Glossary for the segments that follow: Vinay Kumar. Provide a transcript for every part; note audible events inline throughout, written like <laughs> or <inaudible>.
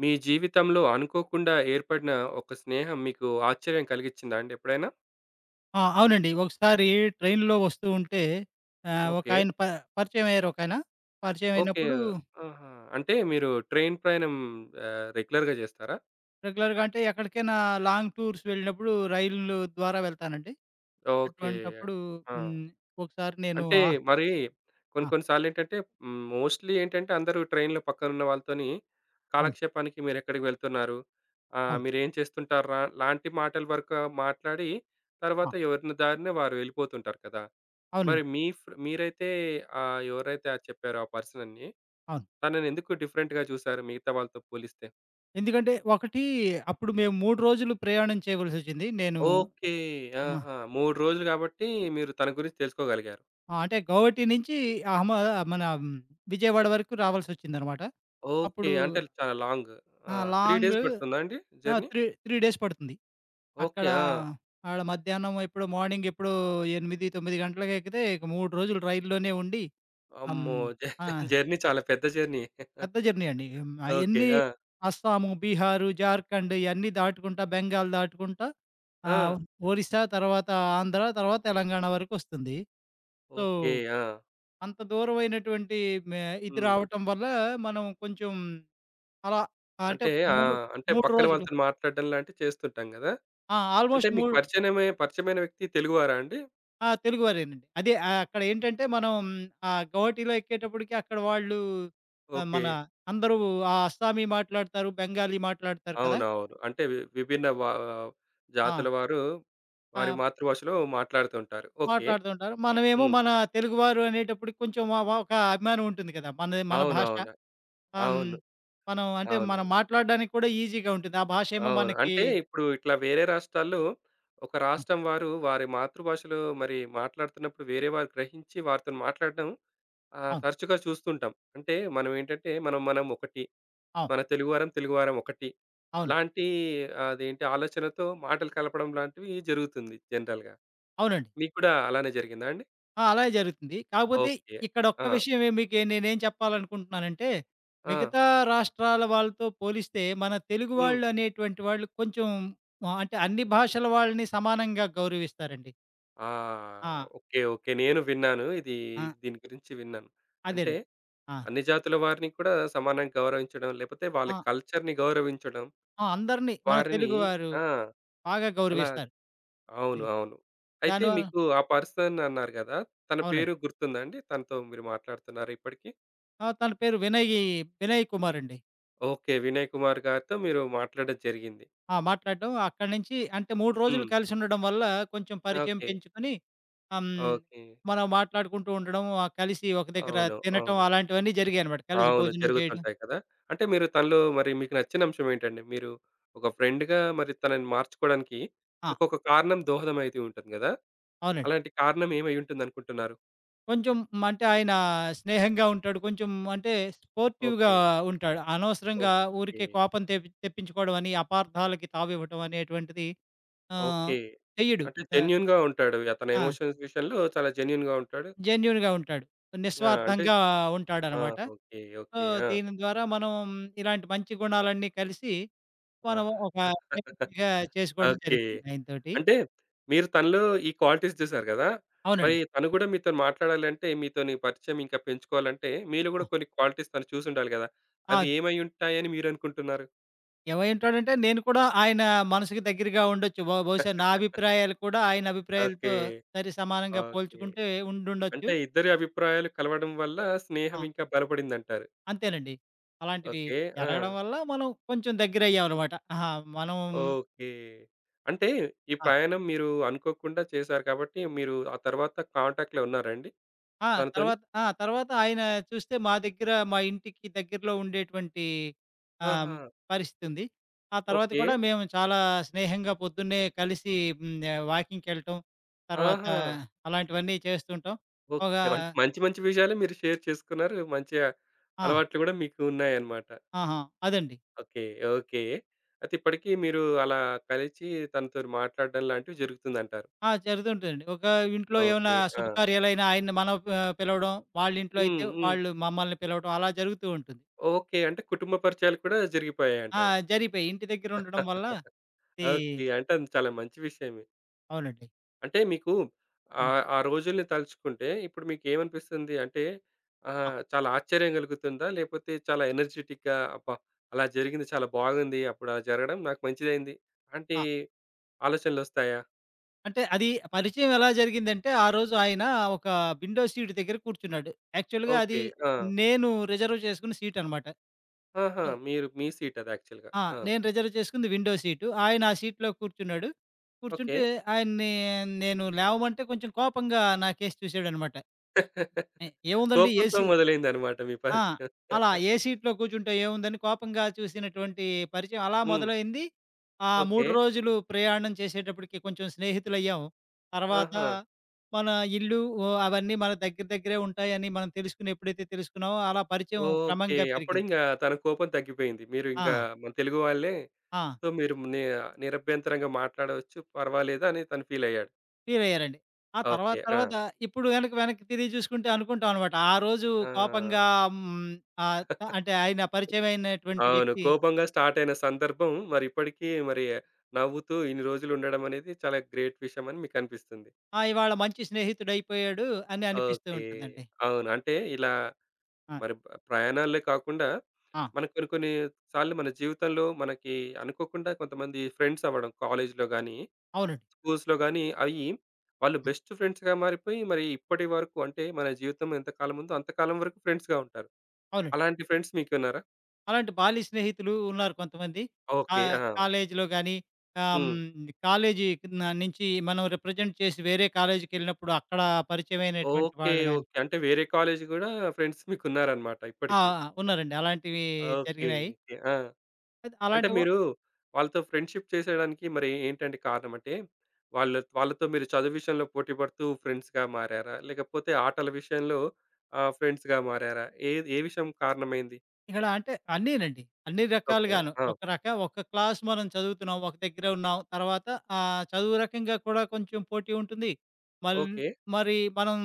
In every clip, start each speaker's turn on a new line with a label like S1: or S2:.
S1: మీ జీవితంలో అనుకోకుండా ఏర్పడిన ఒక స్నేహం మీకు ఆశ్చర్యం కలిగించిందా అండి ఎప్పుడైనా?
S2: ఆ! అవునండి. ఒకసారి ట్రైన్‌లో వస్తూ ఉంటే
S1: ఓకే.
S2: ఒకాయన పరిచయమయ్యారు ఒకాయన.
S1: ఓకే.
S2: పరిచయమైనప్పుడు
S1: ఆహా! అంటే మీరు ట్రైన్ ప్రయాణం రెగ్యులర్‌గా చేస్తారా?
S2: రెగ్యులర్‌గా అంటే ఎక్కడికైనా లాంగ్ టూర్స్ వెళ్ళినప్పుడు రైలు ద్వారా వెళ్తానండి.
S1: ఓకే.
S2: అటువంటప్పుడు
S1: ఆ!
S2: హ్మ్. ఒకసారి నేను
S1: అంటే మరి కొన్ని
S2: ఆ!
S1: కొన్ని సార్లేంటంటే మోస్ట్‌లీ ఏంటంటే అందరూ ట్రైన్‌లో పక్కనున్న వాళ్ళతోని
S2: అవును.
S1: కాలక్షేపానికి మీరెక్కడికి వెళ్తున్నారు?
S2: అవును.
S1: మీరేం చేస్తుంటార్రా? లాంటి మాటల వరకు మాట్లాడి
S2: ఆ!
S1: తర్వాత ఎవరిన దారిన వారు వెళ్ళిపోతుంటారు కదా! మరి
S2: అవునండి.
S1: మీ ఫ్రె మీరైతే ఎవరైతే అది చెప్పారో ఆ పర్సనని,
S2: అవును.
S1: తననెందుకు డిఫరెంట్‌గా చూసారు మిగతా వాళ్ళతో పోలిస్తే?
S2: ఎందుకంటే ఒకటి అప్పుడు మేము 3 రోజులు ప్రయాణం చేయవలసొచ్చింది. నేను
S1: ఓకే.
S2: ఆ!
S1: ఆహా! 3 రోజులు కాబట్టి మీరు తన గురించి తెలుసుకోగలిగారు.
S2: ఆ! అంటే గౌహటి నుంచి అహ్మ మన విజయవాడ వరకు రావాల్సొచ్చిందనమాట.
S1: ఓకే.
S2: అప్పుడు
S1: అంటే చాలా లాంగ్.
S2: ఆ!
S1: ఆ! 3
S2: లాంగ్
S1: డేస్ పడుతుందా అండి
S2: ఆ!
S1: జర్నీ?
S2: 3 డేస్ పడుతుంది. అక్కడ
S1: ఓకే. ఆ!
S2: ఆడ మధ్యాహ్నం ఎప్పుడో మార్నింగ్ ఎప్పుడో 8, 9 గంటలకు ఎక్కితే ఇక 3 రోజులు రైల్లోనే ఉండి హ్మ్.
S1: అమ్మో!
S2: ఆ!
S1: జర్నీ చాలా పెద్ద జర్నీ.
S2: పెద్ద జర్నీ అండి. హ్మ్.
S1: ఓకే.
S2: అయన్నీ
S1: ఆ!
S2: అస్సాము, బీహారు, జార్ఖండ్ ఇయన్నీ దాటుకుంటా బెంగాల్ దాటుకుంటా
S1: ఆ!
S2: ఆహ్, ఒరిస్సా తర్వాత ఆంధ్ర తర్వాత తెలంగాణ వరకొస్తుంది. So,
S1: okay. ఆ!
S2: అంత దూరమైనటువంటి మే ఇది
S1: హ్మ్.
S2: రావటం వల్ల మనం కొంచెం అలా అంటే
S1: అంటే ఆ!
S2: 3,
S1: అంటే
S2: 3
S1: పక్కన
S2: రోజులు
S1: వాళ్ళతోని మాట్లాడడం లాంటివి చేస్తుంటాం గదా!
S2: ఆ!
S1: అంటే
S2: ఆల్‌మోస్ట్
S1: మీకు
S2: మూడు
S1: పరిచయనమే పరిచయమైన వ్యక్తి తెలుగువారా అండి?
S2: ఆ! తెలుగువారేనండి. అదే అక్కడేంటంటే మనం గౌహటిలో ఎక్కేటప్పటికి అక్కడ వాళ్ళు
S1: ఓకే.
S2: మన అందరూ అస్సామీ మాట్లాడతారు, బెంగాలీ మాట్లాడతారు కదా!
S1: అవునవును. అంటే విభిన్న
S2: ఆ!
S1: జాతుల వారు
S2: ఆ!
S1: వారి మాతృభాషలో మాట్లాడుతుంటారు. ఓకే.
S2: మాట్లాడుతూ ఉంటారు. మనమేమో
S1: హ్మ్.
S2: మన తెలుగువారు అనేటప్పటికి కొంచెం వ వ ఒక అభిమానం ఉంటుంది కదా! మనది మన భాష.
S1: అవునవును.
S2: ఆహ్, హ్మ్.
S1: అవును. అవును.
S2: మనం అంటే
S1: అవును.
S2: మనం మాట్లాడడానికి కూడా ఈజీగా ఉంటుంది. ఆ భాషేమో
S1: అవును.
S2: మనకి
S1: అంటే ఇప్పుడు ఇట్లా వేరే రాష్ట్రాల్లో ఒక
S2: ఆ!
S1: రాష్ట్రం వారు వారి మాతృభాషలో మరి మాట్లాడుతున్నప్పుడు వేరే వారు గ్రహించి వారితోని మాట్లాడడం
S2: అవును.
S1: తరచుగా చూస్తుంటాం. అంటే మనం ఏంటంటే మనం మనం ఒకటి.
S2: అవును.
S1: మన తెలుగువారం తెలుగువారం ఒకటి.
S2: అవును.
S1: లాంటి అదేంటి ఆలోచనతో మాటలు కలపడం లాంటివి జరుగుతుంది జనరల్‌గా.
S2: అవునండి.
S1: మీకు కూడా అలానే జరిగిందా అండి?
S2: ఆ! అలాగే జరుగుతుంది. కాకపోతే
S1: ఓకే.
S2: ఇక్కడ ఒక్క
S1: ఆ!
S2: విషయం నేనేం చెప్పాలనుకుంటున్నానంటే,
S1: ఆ!
S2: మిగతా రాష్ట్రాల వాళ్ళతో పోలిస్తే మన తెలుగు
S1: హ్మ్.
S2: వాళ్ళు అనేటువంటి వాళ్ళు కొంచెం అంటే అన్ని
S1: ఓకే.
S2: భాషల వాళ్ళని సమానంగా గౌరవిస్తారండి.
S1: ఆ!
S2: ఆ!
S1: ఓకే. ఓకే. నేను విన్నాను.
S2: ఆ!
S1: దీని గురించి విన్నాను. అంటే
S2: అదేనండి. ఆ!
S1: అన్ని జాతుల వారిని కూడా సమానంగా గౌరవించడం, లేపోతే వాళ్ళ
S2: ఆ!
S1: కల్చర్‌ని గౌరవించడం,
S2: ఆ! అందరిని మన
S1: వారిని
S2: తెలుగువారు
S1: ఆ!
S2: బాగా
S1: అలా
S2: గౌరవిస్తారు.
S1: అవును.
S2: ది
S1: అవును. అయితే
S2: దానివల్ల
S1: మీకు ఆ పర్సన్ అన్నారు గదా! తన
S2: అవునండి.
S1: పేరు గుర్తుందా అండి? తనతో మీరు మాట్లాడుతున్నారా ఇప్పటికి?
S2: ఆ! తన పేరు వినయ్ వినయ్ కుమార్ అండి.
S1: ఓకే. వినయ్ కుమార్ గారితో మీరు మాట్లాడడం జరిగింది.
S2: ఆ! మాట్లాడడం. అక్కడి నుంచి అంటే 3 రోజులు
S1: హ్మ్.
S2: కలిసుండడం వల్ల కొంచెం పరిచయం
S1: ఓకే.
S2: పెంచుకొని ఆహ్, హ్మ్,
S1: ఓకే.
S2: మనం మాట్లాడుకుంటూ ఉండడం, కలిసి ఒక దగ్గర
S1: అవును.
S2: తినటం
S1: అవును.
S2: అలాంటివన్నీ జరిగాయనమాట. కలిసి
S1: అవును.
S2: భోజనం చేయడం.
S1: జరుగుతుంటాయి కదా! అంటే మీరు తనలో మరి మీకు నచ్చిన అంశం ఏంటండి? మీరు ఒక ఫ్రెండ్‌గా మరి తనని మార్చుకోవడానికి
S2: ఆ!
S1: మీకొక కారణం దోహదమైతూ ఉంటుంది గదా!
S2: అవునండి.
S1: అలాంటి కారణం ఏమై ఉంటుందనుకుంటున్నారు?
S2: కొంచెం అంటే ఆయన స్నేహంగా ఉంటాడు. కొంచెం అంటే స్పోర్టివ్‌గా
S1: ఓకే.
S2: ఉంటాడు. అనవసరంగా
S1: ఓకే.
S2: ఊరికే కోపం తెప్పించుకోవడం అని, అపార్థాలకి తావివ్వటం అనేటువంటిది ఆహ్,
S1: ఓకే.
S2: చెయ్యడు.
S1: అంటే
S2: ఆహ్,
S1: జెన్యూన్‌గా ఉంటాడు. అతని
S2: ఆ!
S1: ఎమోషన్స్ విషయంలో చాలా జెన్యూన్‌గా ఉంటాడు.
S2: జెన్యూన్‌గా ఉంటాడు.
S1: ఆ! అంటే
S2: నిస్వార్థంగా
S1: ఆ!
S2: ఉంటాడనమాట.
S1: ఓకే.
S2: So,
S1: okay. ఆ! okay,
S2: దీని ద్వారా మనం ఇలాంటి మంచి గుణాలన్నీ కలిసి
S1: okay, ఆ! ఆ.
S2: మనం ఒక
S1: <laughs>
S2: స్నేహితుడిగా చేసుకోవడం
S1: ఓకే.
S2: జరిగింది ఆయనతోటి.
S1: అంటే మీరు తనలో ఈ క్వాలిటీస్ చూసారు కదా! మరి
S2: అవునండి.
S1: తను కూడా మీతోని మాట్లాడాలంటే, మీతోని పరిచయం ఇంకా పెంచుకోవాలంటే, మీలో
S2: ఆ!
S1: కూడా కొన్ని క్వాలిటీస్ తను చూసుండాలి కదా!
S2: ఆ!
S1: అవి ఏమై ఉంటాయని మీరనుకుంటున్నారు?
S2: ఏమై ఉంటాడంటే నేను కూడా ఆయన మనసుకి దగ్గరగా ఉండొచ్చు. బహుశా నా
S1: <laughs>
S2: అభిప్రాయాలు కూడా ఆయన అభిప్రాయాలతో
S1: ఓకే.
S2: సరి సమానంగా
S1: ఓకే.
S2: పోల్చుకుంటే ఉండుండొచ్చు.
S1: అంటే ఇద్దరి అభిప్రాయాలు కలవడం వల్ల స్నేహం
S2: ఆ!
S1: ఇంకా బలపడిందంటారు.
S2: అంతేనండి. అలాంటివి
S1: ఓకే. ఆ!
S2: జరగడం వల్ల మనం కొంచెం దగ్గరయ్యామనమాట. ఆహా! మనం
S1: ఓకే. అంటే ఈ
S2: ఆ!
S1: ప్రయాణం మీరు అనుకోకుండా చేశారు కాబట్టి, మీరు ఆ తర్వాత కాంటాక్ట్‌లో ఉన్నారా అండి
S2: ఆ!
S1: తనతోని?
S2: తర్వాత ఆ! తర్వాత ఆయన చూస్తే మా ఇంటికి దగ్గరలో ఉండేటువంటి ఆహ్,
S1: ఆహా!
S2: పరిస్థితుంది. ఆ తర్వాత
S1: ఓకే.
S2: కూడా మేము చాలా స్నేహంగా పొద్దున్నే కలిసి వాకింగ్‌కెళ్ళటం, తర్వాత
S1: ఆహా!
S2: అలాంటివన్నీ చేస్తుంటాం. ఒక
S1: ఓకే. అంటే మంచి మంచి విషయాలే మీరు షేర్ చేసుకున్నారు. మంచి
S2: ఆ!
S1: అలవాట్లు గూడా మీకు ఉన్నాయన్నమాట.
S2: ఆహా! అదండి.
S1: ఓకే. ఓకే. అయితే ఇప్పటికి మీరు అలా కలిసి తనతోని మాట్లాడడం లాంటివి జరుగుతుందంటారు.
S2: ఆ! జరుగుతుంటదండి. ఒక ఇంట్లో ఏమైనా
S1: ఓకే. ఆ!
S2: శుభకార్యాలైనా ఆయన్ని మనం పిలవడం, వాళ్ళ ఇంట్లో అయితే
S1: హ్మ్. హ్మ్.
S2: వాళ్ళు మమ్మల్ని పిలవడం అలా జరుగుతూ ఉంటుంది.
S1: ఓకే. అంటే కుటుంబ పరిచయాలు కూడా
S2: ఆ!
S1: జరిగిపోయాయంటారు.
S2: జరిగిపోయాయి. ఇంటి దగ్గర ఉండడం వల్ల ఇది
S1: ఓకే. అంటే అది చాలా మంచి విషయమే.
S2: అవునండి.
S1: అంటే మీకు
S2: హ్మ్.
S1: ఆ రోజుల్ని తలుచుకుంటే ఇప్పుడు మీకేమనిపిస్తుంది? అంటే
S2: ఆ!
S1: చాలా ఆశ్చర్యం కలుగుతుందా? లేపోతే చాలా ఎనర్జిటిక్‌గా అబ్బా! అలా జరిగింది చాలా బాగుంది. అప్పుడు అలా జరగడం నాకు మంచిదైంది. అంటే
S2: ఆ!
S1: ఆలోచనలొస్తాయా?
S2: అంటే అది పరిచయం ఎలా జరిగిందంటే, ఆ రోజు ఆయన ఒక విండో సీట్ దగ్గర కూర్చున్నాడు. యాక్చువల్‌గా అది
S1: ఓకే. ఆ!
S2: నేను రిజర్వ్ చేసుకున్న సీట్ అనమాట.
S1: ఆహా!
S2: సో
S1: మీరు మీ సీట్ అది యాక్చువల్‌గా.
S2: ఆ!
S1: ఆ!
S2: నేను రిజర్వ్ చేసుకుంది విండో సీటు. ఆయన ఆ సీట్‌లో కూర్చున్నాడు.
S1: ఓకే.
S2: కూర్చుంటే ఆయన్ని నేను లేవమంటే కొంచెం కోపంగా నాకేసి చూసాడనమాట. "ఏ
S1: <laughs>
S2: ఏముందండి
S1: కోపంతో
S2: ఏసీ"
S1: మొదలైందన్నమాట మీ
S2: ఆ!
S1: పరిచయం.
S2: అలా
S1: <laughs>
S2: ఏ సీట్‌లో కూర్చుంటే ఏముందని కోపంగా చూసినటువంటి పరిచయం అలా
S1: హ్మ్.
S2: మొదలైంది. ఆ
S1: ఓకే.
S2: 3 రోజులు ప్రయాణం చేసేటప్పటికి కొంచెం స్నేహితులయ్యాం. తర్వాత
S1: ఆహా!
S2: మన ఇల్లు అవన్నీ మన దగ్గర దగ్గరే ఉంటాయని మనం తెలుసుకుని ఎప్పుడైతే తెలుసుకున్నామో అలా పరిచయం
S1: ఓకే.
S2: క్రమంగా పెరిగింది.
S1: అప్పుడింకా తన కోపం తగ్గిపోయింది. మీరు ఇంకా
S2: ఆ!
S1: మన తెలుగు వాళ్ళే
S2: ఆ!
S1: సో, మీరు ని నిరభ్యంతరంగా మాట్లాడవచ్చు. పర్వాలేదు అని తను ఫీలయ్యాడు.
S2: ఫీలయ్యారండి. ఆ
S1: ఓకే.
S2: తర్వాత
S1: ఆ!
S2: తర్వాత ఇప్పుడు గనక వెనక్కి తిరిగి చూసుకుంటే అనుకుంటాం అనమాట. ఆ రోజు
S1: ఆ!
S2: కోపంగా హ్మ్, ఆహ్, అంటే ఆయన పరిచయమైనటువంటి
S1: అవును.
S2: వ్యక్తి
S1: కోపంగా స్టార్ట్ అయిన సందర్భం మరి ఇప్పటికీ మరి నవ్వుతూ ఇన్ని రోజులు ఉండడం అనేది చాలా గ్రేట్ విషయం అని మీకనిపిస్తుంది.
S2: ఆ! ఇవాళ మంచి స్నేహితుడయిపోయాడు అని అనిపిస్తూ
S1: ఓకే.
S2: ఉంటుందండి.
S1: అవును. అంటే ఇలా
S2: ఆ!
S1: మరి ప్రయాణాలే కాకుండా
S2: ఆ!
S1: మనకు కొన్ని కొన్ని సార్లు మన జీవితంలో మనకి అనుకోకుండా కొంతమంది ఫ్రెండ్స్ అవ్వడం కాలేజ్‌లో గాని
S2: అవునండి.
S1: స్కూల్స్‌లో గాని అయ్యి వాళ్ళు
S2: హ్మ్.
S1: బెస్ట్ ఫ్రెండ్స్‌గా మారిపోయి మరి ఇప్పటి వరకు అంటే మన జీవితం ఎంతకాలం ఉందో అంతకాలం వరకు ఫ్రెండ్స్‌గా ఉంటారు.
S2: అవునండి.
S1: అలాంటి ఫ్రెండ్స్ మీకున్నారా?
S2: అలాంటి బాల్య స్నేహితులు ఉన్నారు కొంతమంది.
S1: ఓకే. ఆ!
S2: కాలేజీలో గాని
S1: హ్మ్.
S2: కాలేజీ కింద నుంచి మనం రిప్రజెంట్ చేసి వేరే కాలేజీకెళ్ళినప్పుడు అక్కడ పరిచయమైనటువంటి
S1: ఓకే.
S2: వాళ్ళు గాని
S1: ఓకే. అంటే వేరే కాలేజ్ గూడా ఫ్రెండ్స్ మీకున్నారన్నమాట
S2: ఆ!
S1: ఇప్పటికి.
S2: ఉన్నారండి. అలాంటివి
S1: ఓకే.
S2: జరిగినాయి.
S1: ఓకే. ఆ!
S2: అది
S1: అంటే
S2: అలాంటివి
S1: మీరు వాళ్ళతో ఫ్రెండ్‌షిప్ చేసేయడానికి మరి ఏంటండి కారణం? అంటే వాళ్ళతో మీరు చదువు విషయంలో పోటీ పడుతూ ఫ్రెండ్స్‌గా మారారా? లేకపోతే ఆటల విషయంలో ఫ్రెండ్స్‌గా మారారా? ఏ విషయం కారణమైంది?
S2: ఇక్కడ అంటే అన్నీనండి. అన్ని
S1: ఓకే.
S2: రకాలుగాను.
S1: ఆ!
S2: ఒక క్లాస్ మనం చదువుతున్నాం. ఒక దగ్గరే ఉన్నాం. తర్వాత చదువు రకంగా కూడా కొంచెం పోటీ ఉంటుంది. మల్
S1: ఓకే.
S2: మరి మనం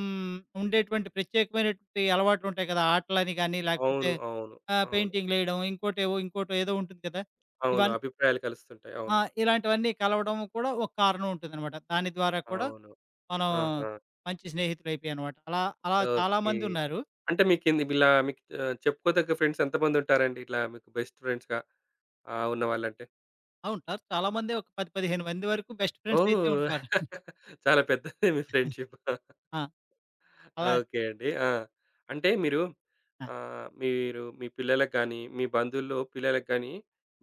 S2: ఉండేటువంటి ప్రత్యేకమైనటువంటి అలవాట్లుంటాయి కదా! ఆటలని గాని, లేకపోతే
S1: అవును. అవును. అవును.
S2: పెయింటింగ్‌లేయడం, ఇంకోటో ఏదో ఉంటుంది కదా!
S1: అవును.
S2: ఇవన్
S1: అభిప్రాయాలు కలుస్తుంటాయి.
S2: ఆ!
S1: అవును.
S2: ఇలాంటివన్నీ కలవడం కూడా ఒక కారణం ఉంటుందనమాట. దాని ద్వారా కూడా
S1: అవును.
S2: మనం
S1: ఆహా!
S2: మంచి స్నేహితులైపోయామనమాట. అలా అలా
S1: ఓకే.
S2: చాలామందున్నారు.
S1: అంటే మీకింది ఇలా మీకు చెప్పుకోదగ్గ ఫ్రెండ్స్ ఎంతమందుంటారండి? ఇట్లా మీకు బెస్ట్ ఫ్రెండ్స్‌గా ఉన్నవాళ్ళంటే?
S2: ఆ! ఉంటారు. చాలామందే ఒక 10, 15 మంది వరకు బెస్ట్ ఫ్రెండ్సయితే
S1: ఓహ్!
S2: ఉంటారు.
S1: <laughs> చాలా పెద్దదే మీ ఫ్రెండ్‌షిప్.
S2: ఆ! అలా
S1: ఓకే అండి. ఆ! అంటే మీరు
S2: ఆ!
S1: మీ పిల్లలకి గాని, మీ బంధువుల్లో పిల్లలకి గాని,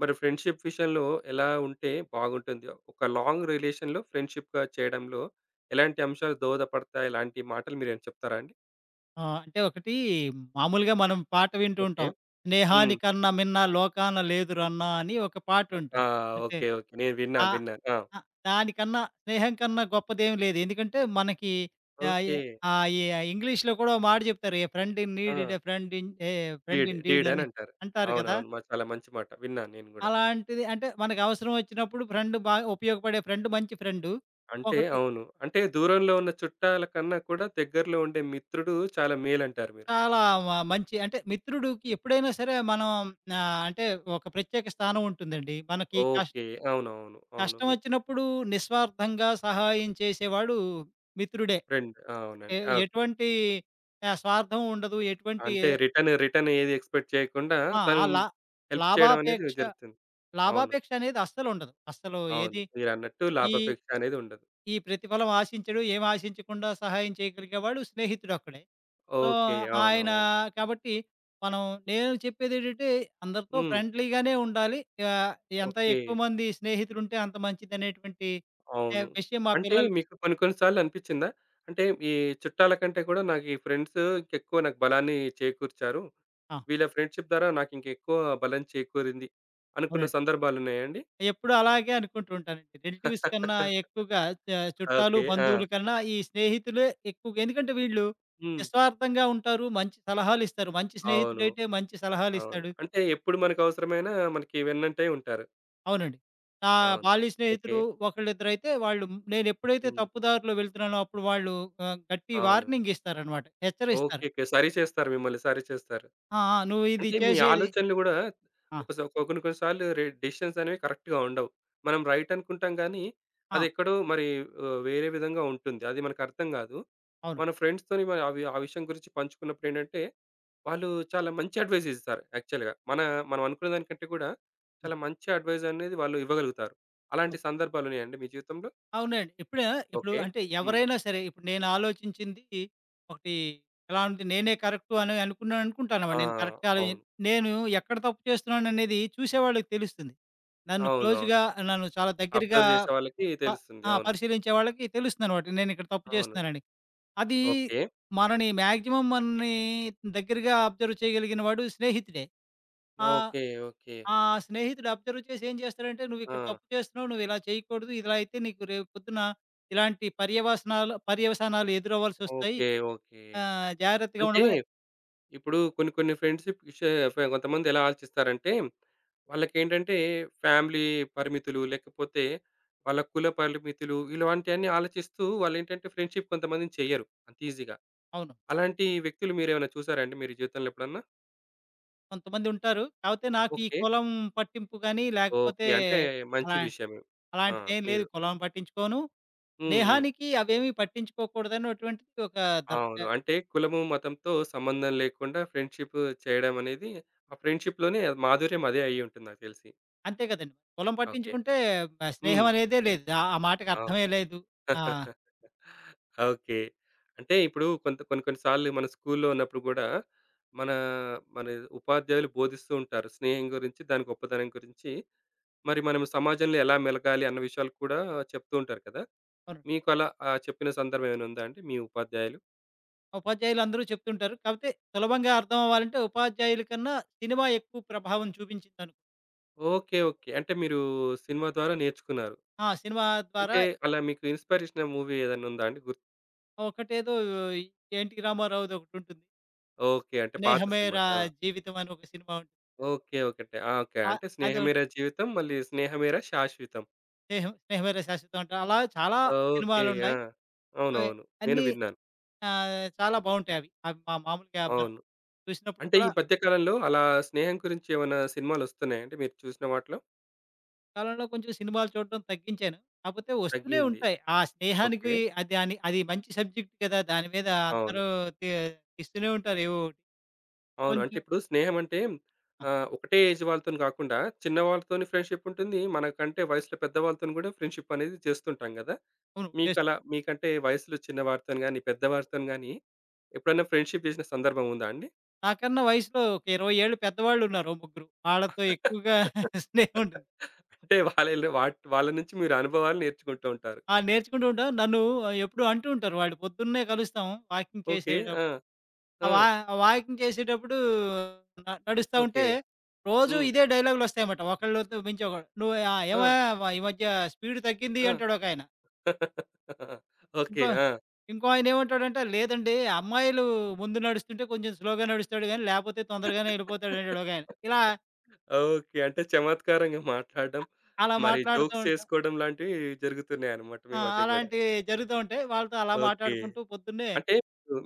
S1: మరి ఫ్రెండ్‌షిప్ విషయంలో ఎలా ఉంటే బాగుంటుంది? ఒక లాంగ్ రిలేషన్‌లో ఫ్రెండ్‌షిప్‌గా చేయడంలో ఎలాంటి అంశాలు దోహదపడతాయి? ఎలాంటి మాటలు మీరేమైనా చెప్తారా అండి?
S2: అంటే ఒకటి మామూలుగా మనం పాట వింటూ
S1: ఓకే.
S2: ఉంటాం.
S1: హ్మ్.
S2: 'స్నేహానికన్నా మిన్న లోకాన లేదురన్న' అని ఒక
S1: ఆ!
S2: పాటుంటుంది. అంటే
S1: ఓకే. ఓకే. నేను విన్నాను.
S2: ఆహ్,
S1: విన్నాను. ఆ!
S2: ఆహ్, దానికన్నా స్నేహం కన్నా గొప్పదేమి లేదు. ఎందుకంటే మనకి ఆహ్, ఎ
S1: ఓకే.
S2: ఆహ్, ఎ ఇంగ్లీష్‌లో కూడా ఓ మాట చెప్తారు. 'A friend in need is
S1: ah!
S2: A friend in friend
S1: deed
S2: in deed'
S1: deed అని
S2: అని
S1: అంటారు.
S2: అంటారు కదా!
S1: అవునవును. మ చాలా మంచి మాట. విన్నాను నేను గూడా.
S2: అలాంటిది అంటే మనకు అవసరం వచ్చినప్పుడు ఫ్రెండ్ బాగా ఉపయోగపడే ఫ్రెండ్ మంచి ఫ్రెండు. ఒకటి
S1: అవును. అంటే దూరంలో ఉన్న చుట్టాల కన్నా కూడా దగ్గరలో ఉండే మిత్రుడు చాలా మేలంటారు మీరు.
S2: చాలా మంచి అంటే మిత్రుడికి ఎప్పుడైనా సరే మనం అంటే ఒక ప్రత్యేక స్థానం ఉంటుందండి. మనకి
S1: ఓకే. అవునవును. అవును. మీ
S2: కష్టమొచ్చినప్పుడు నిస్వార్థంగా సహాయం చేసేవాడు మిత్రుడే.
S1: ఫ్రెండ్. ఆ!
S2: ఎ
S1: అవునండి. ఓకే.
S2: ఎటువంటి స్వార్థం ఉండదు. ఎటువంటి
S1: అంటే రిటర్న్ ఏది ఎక్స్‌పెక్ట్ చేయకుండా
S2: ఆ!
S1: తను
S2: ఆ!
S1: హెల్ప్ చేయడం అనేది
S2: లాభాపేక్ష
S1: జరుగుతుంది. అవును.
S2: లాభాపేక్ష అనేది అస్సలుండదు. అస్సలు
S1: అవును.
S2: ఏది
S1: మీరన్నట్టు
S2: ఈ
S1: లాభాపేక్ష అనేది ఉండదు.
S2: ఈ ప్రతిఫలం ఆశించడు. ఏమి ఆశించకుండా సహాయం చేయగలిగేవాడు స్నేహితుడొక్కడే. So,
S1: okay. అవునవును.
S2: ఆయన కాబట్టి మనం నేను చెప్పేదేంటంటే, అందరితో
S1: హ్మ్.
S2: ఫ్రెండ్లీగానే ఉండాలి. ఆహ్, ఎంత
S1: ఓకే.
S2: ఎక్కువ మంది స్నేహితులుంటే అంత మంచిదనేటువంటి
S1: అవును.
S2: విషయం మా
S1: అంటే
S2: పిల్లలకి
S1: మీకు కొన్ని కొన్ని సార్లు అనిపిచ్చిందా? అంటే ఈ చుట్టాల కంటే కూడా నాకు ఈ ఫ్రెండ్స్ ఇంకెక్కువ నాకు బలాన్ని చేకూర్చారు.
S2: ఆ!
S1: వీళ్ళ ఫ్రెండ్‌షిప్ ద్వారా నాకు ఇంకెక్కువ బలం చేకూరింది అనుకున్న
S2: అవునండి.
S1: సందర్భాలున్నాయండి?
S2: ఎప్పుడూ అలాగే అనుకుంటూ ఉంటానండి. రిలేటివ్స్ కన్నా
S1: <laughs>
S2: ఎక్కువగా చ చుట్టాలు,
S1: ఓకే. ఆ!
S2: బంధువుల కన్నా ఈ స్నేహితులే ఎక్కువగా ఎందుకంటే వీళ్ళు
S1: హ్మ్.
S2: నిస్వార్థంగా ఉంటారు. మంచి సలహాలిస్తారు. మంచి
S1: అవును.
S2: స్నేహితుడైతే మంచి
S1: అవును.
S2: సలహాలిస్తాడు.
S1: అంటే ఎప్పుడు మనకవసరమైనా మనకి వెన్నంటే ఉంటారు.
S2: అవునండి. నా
S1: అవును.
S2: బాల్య
S1: ఓకే.
S2: స్నేహితుడు ఒకళ్ళిద్దరైతే వాళ్ళు నేనెప్పుడైతే
S1: హ్మ్.
S2: తప్పు దారిలో వెళ్తున్నానో అప్పుడు వాళ్ళు గట్టి
S1: అవును.
S2: వార్నింగ్ ఇస్తారనమాట.
S1: ఓకే.
S2: హెచ్చరిస్తారు.
S1: ఓకే. సరి చేస్తారు మిమ్మల్ని. సరి చేస్తారు.
S2: "ఆ! ఆ! నువ్వు ఇది
S1: అంటే మీ
S2: చేసేది"
S1: ఆలోచనలు గూడా
S2: ఆ!
S1: కొన్ని కొన్ని సార్లు డెసిషన్స్ అనేవి కరెక్ట్‌గా ఉండవు. మనం రైట్ అనుకుంటాం గానీ,
S2: ఆ!
S1: అదెక్కడో మరి వేరే విధంగా ఉంటుంది. అది మనకర్థం గాదు.
S2: అవును.
S1: మన ఫ్రెండ్స్‌తోని మరి అవి ఆ విషయం గురించి పంచుకున్నప్పుడేంటంటే వాళ్ళు చాలా మంచి అడ్వైస్ ఇస్తారు యాక్చువల్‌గా. మనం అనుకునే దానికంటే కూడా
S2: హ్మ్.
S1: చాలా మంచి అడ్వైస్ అనేది వాళ్ళు ఇవ్వగలుగుతారు. అలాంటి
S2: అవును.
S1: సందర్భాలు ఉన్నాయండి మీ జీవితంలో?
S2: అవునండి. ఇప్పుడు
S1: ఓకే.
S2: అంటే
S1: హ్మ్.
S2: ఎవరైనా సరే ఇప్పుడు నేను ఆలోచించింది ఒకటి ఎలా ఉంది నేనే కరెక్టు అని అనుకున్నాను అనుకుంటానన్నమాట.
S1: ఆ!
S2: నేను కరెక్ట్ కాదు.
S1: అవును.
S2: నేను ఎక్కడ తప్పు చేస్తున్నాననేది చూసేవాళ్ళకి తెలుస్తుంది. నన్ను
S1: అవునవును.
S2: క్లోజ్‌గా నన్ను చాలా దగ్గరగా
S1: అబ్జర్వ్ చేసే వాళ్ళకి
S2: ప
S1: తెలుస్తుంది.
S2: ఆ!
S1: అవును.
S2: పరిశీలించే వాళ్ళకి తెలుస్తుందనమాట. నేనిక్కడ తప్పు
S1: అవును.
S2: చేస్తున్నానని. అది
S1: ఓకే.
S2: మాక్సిమం మనని దగ్గరగా అబ్జర్వ్ చేయగలిగిన వాడు స్నేహితుడే. ఆహ్,
S1: ఓకే. ఓకే.
S2: ఆ స్నేహితుడు అబ్జర్వ్ చేసి ఏం చేస్తాడంటే, "నువ్విక్కడ
S1: ఆ!
S2: తప్పు చేస్తున్నావు. నువ్విలా చేయకూడదు. ఇలా అయితే నీకు రేపు పొద్దున ఇలాంటి పర్యవసానాలు ఎదురవ్వాల్సొస్తాయి.
S1: ఓకే. ఓకే.
S2: జాగ్రత్తగా
S1: అంటే
S2: ఉండమని"
S1: ఇప్పుడు కొన్ని కొన్ని ఫ్రెండ్షిప్ విషయ ఫ కొంతమంది ఎలా ఆలోచిస్తారంటే, వాళ్ళకేంటంటే ఫ్యామిలీ పరిమితులు, లేకపోతే వాళ్ళ కుల పరిమితులు ఇలాంటియన్నీ ఆలోచిస్తూ వాళ్ళేంటంటే ఫ్రెండ్షిప్ కొంతమందిని చెయ్యరు అంత ఈజీగా.
S2: అవును.
S1: అలాంటి వ్యక్తులు మీరేమైనా చూసారాండి మీరు జీవితంలో ఎప్పుడన్నా?
S2: కొంతమందుంటారు. కాపోతే నాకు ఈ
S1: ఓకే.
S2: కులం పట్టింపు గాని,
S1: ఓకే.
S2: లేకపోతే
S1: అంటే మంచి
S2: అలా
S1: విషయమే. ఆ!
S2: అలాంటిదేం లేదు.
S1: మీరు
S2: కులం పట్టించుకోను.
S1: హ్మ్. హ్మ్.
S2: స్నేహానికి అవేమీ పట్టించుకోకూడదనేటువంటిది ఒక
S1: అవును.
S2: ధర్మ
S1: అంటే కులము, మతంతో సంబంధం లేకుండా ఫ్రెండ్షిప్ చేయడం అనేది ఆ ఫ్రెండ్షిప్‌లోనే మాధుర్యం అదే అయ్యుంటుంది నాకు తెలిసి.
S2: అంతే కదండీ. కులం
S1: ఓకే.
S2: పట్టించుకుంటే
S1: హ్మ్.
S2: స్నేహం అనేదే లేదు. ఆ ఆ మాటకి
S1: అవును.
S2: అర్థమే లేదు. ఆ!
S1: ఓకే. అంటే ఇప్పుడు కొన్ని కొన్ని సార్లు మన స్కూల్లో ఉన్నప్పుడు గూడా, మన మన ఉపాధ్యాయులు బోధిస్తూ ఉంటారు. స్నేహం గురించి, దాని గొప్పతనం గురించి, మరి మనం సమాజంలో ఎలా మెలగాలి అన్న విషయాలు కూడా చెప్తూ ఉంటారు కదా!
S2: అవును.
S1: మీకు అలా చెప్పిన సందర్భం ఏమైనా ఉందా అండి మీ ఉపాధ్యాయులు?
S2: ఉపాధ్యాయులు అందరూ చెప్తుంటారు. కాపోతే సులభంగా అర్థం అవ్వాలంటే ఉపాధ్యాయుల కన్నా సినిమా ఎక్కువ ప్రభావం చూపించిందనుకో.
S1: ఓకే. ఓకే. అంటే మీరు సినిమా ద్వారా నేర్చుకున్నారు.
S2: ఆ! సినిమా ద్వారా
S1: అంటే అలా మీకు ఇన్‌స్పిరేషనల్ మూవీ ఏదైనా ఉందా అండి? గుర్తు
S2: ఒకటేదో ఎన్‌టి రామారావుది ఒకటుంటుంది.
S1: ఓకే. అంటే పాత సినిమా.
S2: 'స్నేహమేరా
S1: ఆ!
S2: జీవితం' అని ఒక సినిమా ఉంటుంది.
S1: ఓకే. ఓకే. అంటే ఆ! ఓకే. అంటే
S2: అదొకటి
S1: 'స్నేహమేరా జీవితం' మళ్ళీ 'స్నేహమేరా శాశ్వితం.'
S2: స్నేహం 'స్నేహమేరా శాశ్వతం' అంటారు. అలా చాలా
S1: ఓకే. ఆ!
S2: సినిమాలున్నాయి. అవి
S1: అవునవును. నేను
S2: అన్నీ
S1: విన్నాను.
S2: చాలా బావుంటాయవి. అవి అవి మా మామూలుగా మన
S1: అవును.
S2: చూసినప్పుడు
S1: అంటే
S2: కూడా
S1: ఈ మధ్య కాలంలో అలా స్నేహం గురించి ఏమన్నా సినిమాలొస్తున్నాయా అండి మీరు చూసిన వాటిలో?
S2: కాలంలో కొంచెం సినిమాలు చూడడం తగ్గించాను. కాపోతే వస్తూనే
S1: తగ్గింది.
S2: ఉంటాయి. ఆ
S1: ఓకే.
S2: స్నేహానికి అది అని అది మంచి సబ్జెక్ట్ కదా! దాని మీద
S1: అవును.
S2: అందరూ తీ తీస్తూనే ఉంటారు ఏవో ఒకటి.
S1: అవును. అంటే
S2: కొంచెం
S1: ఇప్పుడు స్నేహం అంటే
S2: ఆ!
S1: ఒకటే ఏజ్ వాళ్ళతోని కాకుండా చిన్న వాళ్ళతోని ఫ్రెండ్‌షిప్ ఉంటుంది. మనకంటే వయసులో పెద్దవాళ్ళతోని కూడా ఫ్రెండ్‌షిప్ అనేది చేస్తుంటాం కదా!
S2: అవును. చేస్తారు.
S1: మీకలా మీకంటే వయసులో చిన్న వారితోని గాని, పెద్దవారితోని గాని ఎప్పుడైనా ఫ్రెండ్‌షిప్ చేసిన సందర్భం ఉందా అండి?
S2: నాకన్నా వయసులో ఒక 20 ఏళ్ళు పెద్దవాళ్ళున్నారు ఓ ముగ్గురు. వాళ్ళతో
S1: <laughs>
S2: ఎక్కువగా <laughs> స్నేహం ఉంటుంది.
S1: అంటే వాళ్ళ నుంచి మీరు అనుభవాలు నేర్చుకుంటూ ఉంటారు.
S2: ఆ! నేర్చుకుంటూ ఉంటాం. నన్ను ఎప్పుడూ అంటూ ఉంటారు వాళ్ళు. పొద్దున్నే కలుస్తాం వాకింగ్
S1: ఓకే. ఆ!
S2: చేసేటప్పుడు. ఆ
S1: ఆ!
S2: వాకింగ్ చేసేటప్పుడు నడుస్తా
S1: ఓకే.
S2: ఉంటే, రోజు
S1: హ్మ్.
S2: ఇదే డైలాగులొస్తాయన్నమాట. ఒకళ్ళతో మించి ఒకడు. "నువ్వు
S1: ఆ!
S2: ఏమయ్య ఈ మధ్య స్పీడ్ తగ్గింది"
S1: ఆ!
S2: అంటాడు ఒకాయన.
S1: <laughs> ఓకే.
S2: ఇంకో
S1: ఆ!
S2: ఇంకో ఆయనేమంటాడంటే, "లేదండి అమ్మాయిలు ముందు నడుస్తుంటే కొంచెం స్లోగా నడుస్తాడు గానీ, లేపోతే తొందరగానే యెళ్ళిపోతాడు" అంటాడు ఒకాయన. ఇలా
S1: ఓకే. అంటే చమత్కారంగా మాట్లాడడం,
S2: అలా
S1: మరి
S2: మాట్లాడుతూ
S1: జోక్స్
S2: ఉంటా
S1: చేసుకోవడం లాంటివి జరుగుతున్నాయన్నమాట మీ
S2: ఆ!
S1: మధ్య గూడా.
S2: అలాంటివి జరుగుతూ ఉంటాయి. వాళ్ళతో అలా
S1: ఓకే.
S2: మాట్లాడుకుంటూ పొద్దున్నే
S1: అంటే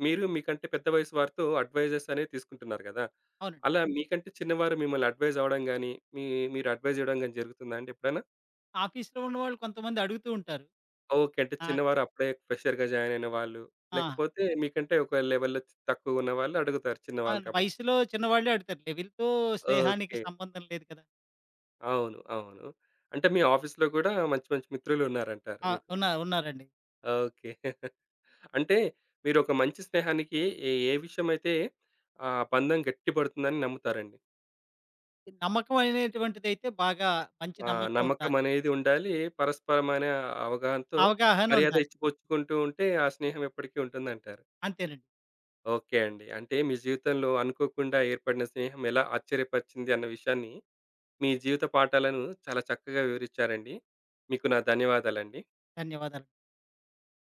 S1: మీరు మీకంటే పెద్ద వయసు వారితో అడ్వైజెస్ అనేవి తీసుకుంటున్నారు గదా!
S2: అవునండి.
S1: అలా మీకంటే చిన్నవారు మిమ్మల్ని అడ్వైజ్ అవ్వడం గాని, మీ మీరు అడ్వైజ్ ఇవ్వడం గాని జరుగుతుందా అండి ఎప్పుడైనా?
S2: ఆఫీస్‌లో ఉన్నవాళ్ళు కొంతమంది అడుగుతూ ఉంటారు.
S1: ఓకే. అంటే
S2: ఆ!
S1: చిన్నవారు అప్పుడే ఫ్రెషర్‌గా జాయిన్ అయిన వాళ్ళు,
S2: ఆ!
S1: లేకపోతే మీకంటే ఒక లెవెల్‌లో తక్కువ ఉన్న వాళ్ళు అడుగుతారు
S2: ఆ!
S1: చిన్నవాళ్ళు కాబట్టి.
S2: వయసులో చిన్నవాళ్ళే అడుగుతారు. లెవెల్‌తో స్నేహానికి
S1: ఓకే.
S2: సంబంధం లేదు కదా!
S1: అవును. అవును. అంటే మీ ఆఫీస్‌లో కూడా మంచి మంచి మిత్రులు ఉన్నారంటారు
S2: ఆ!
S1: మీకు.
S2: ఉన్నారు. ఉన్నారండి.
S1: ఓకే. <laughs> అంటే మీరు ఒక మంచి స్నేహానికి ఏ ఏ విషయమైతే ఆ బంధం గట్టిపడుతుందని నమ్ముతారండి.
S2: నమ్మకం అనేటువంటిదైతే బాగా మంచి
S1: ఆ!
S2: నమ్మకం
S1: నమ్మకం
S2: ఉండాలి.
S1: అనేది ఉండాలి. పరస్పరమైన అవగాహనతో
S2: అవగాహన
S1: మర్యాద
S2: ఉండాలి.
S1: ఇచ్చిపుచ్చుకుంటూ ఉంటే ఆ స్నేహం ఎప్పటికీ ఉంటుందంటారు.
S2: అంతేనండి.
S1: ఓకే అండి. అంటే మీ జీవితంలో అనుకోకుండా ఏర్పడిన స్నేహం ఎలా ఆశ్చర్యపరిచింది అన్న విషయాన్ని మీ జీవిత పాఠాలను చాలా చక్కగా వివరించారండి. మీకు నా ధన్యవాదాలండి.
S2: ధన్యవాదాలు.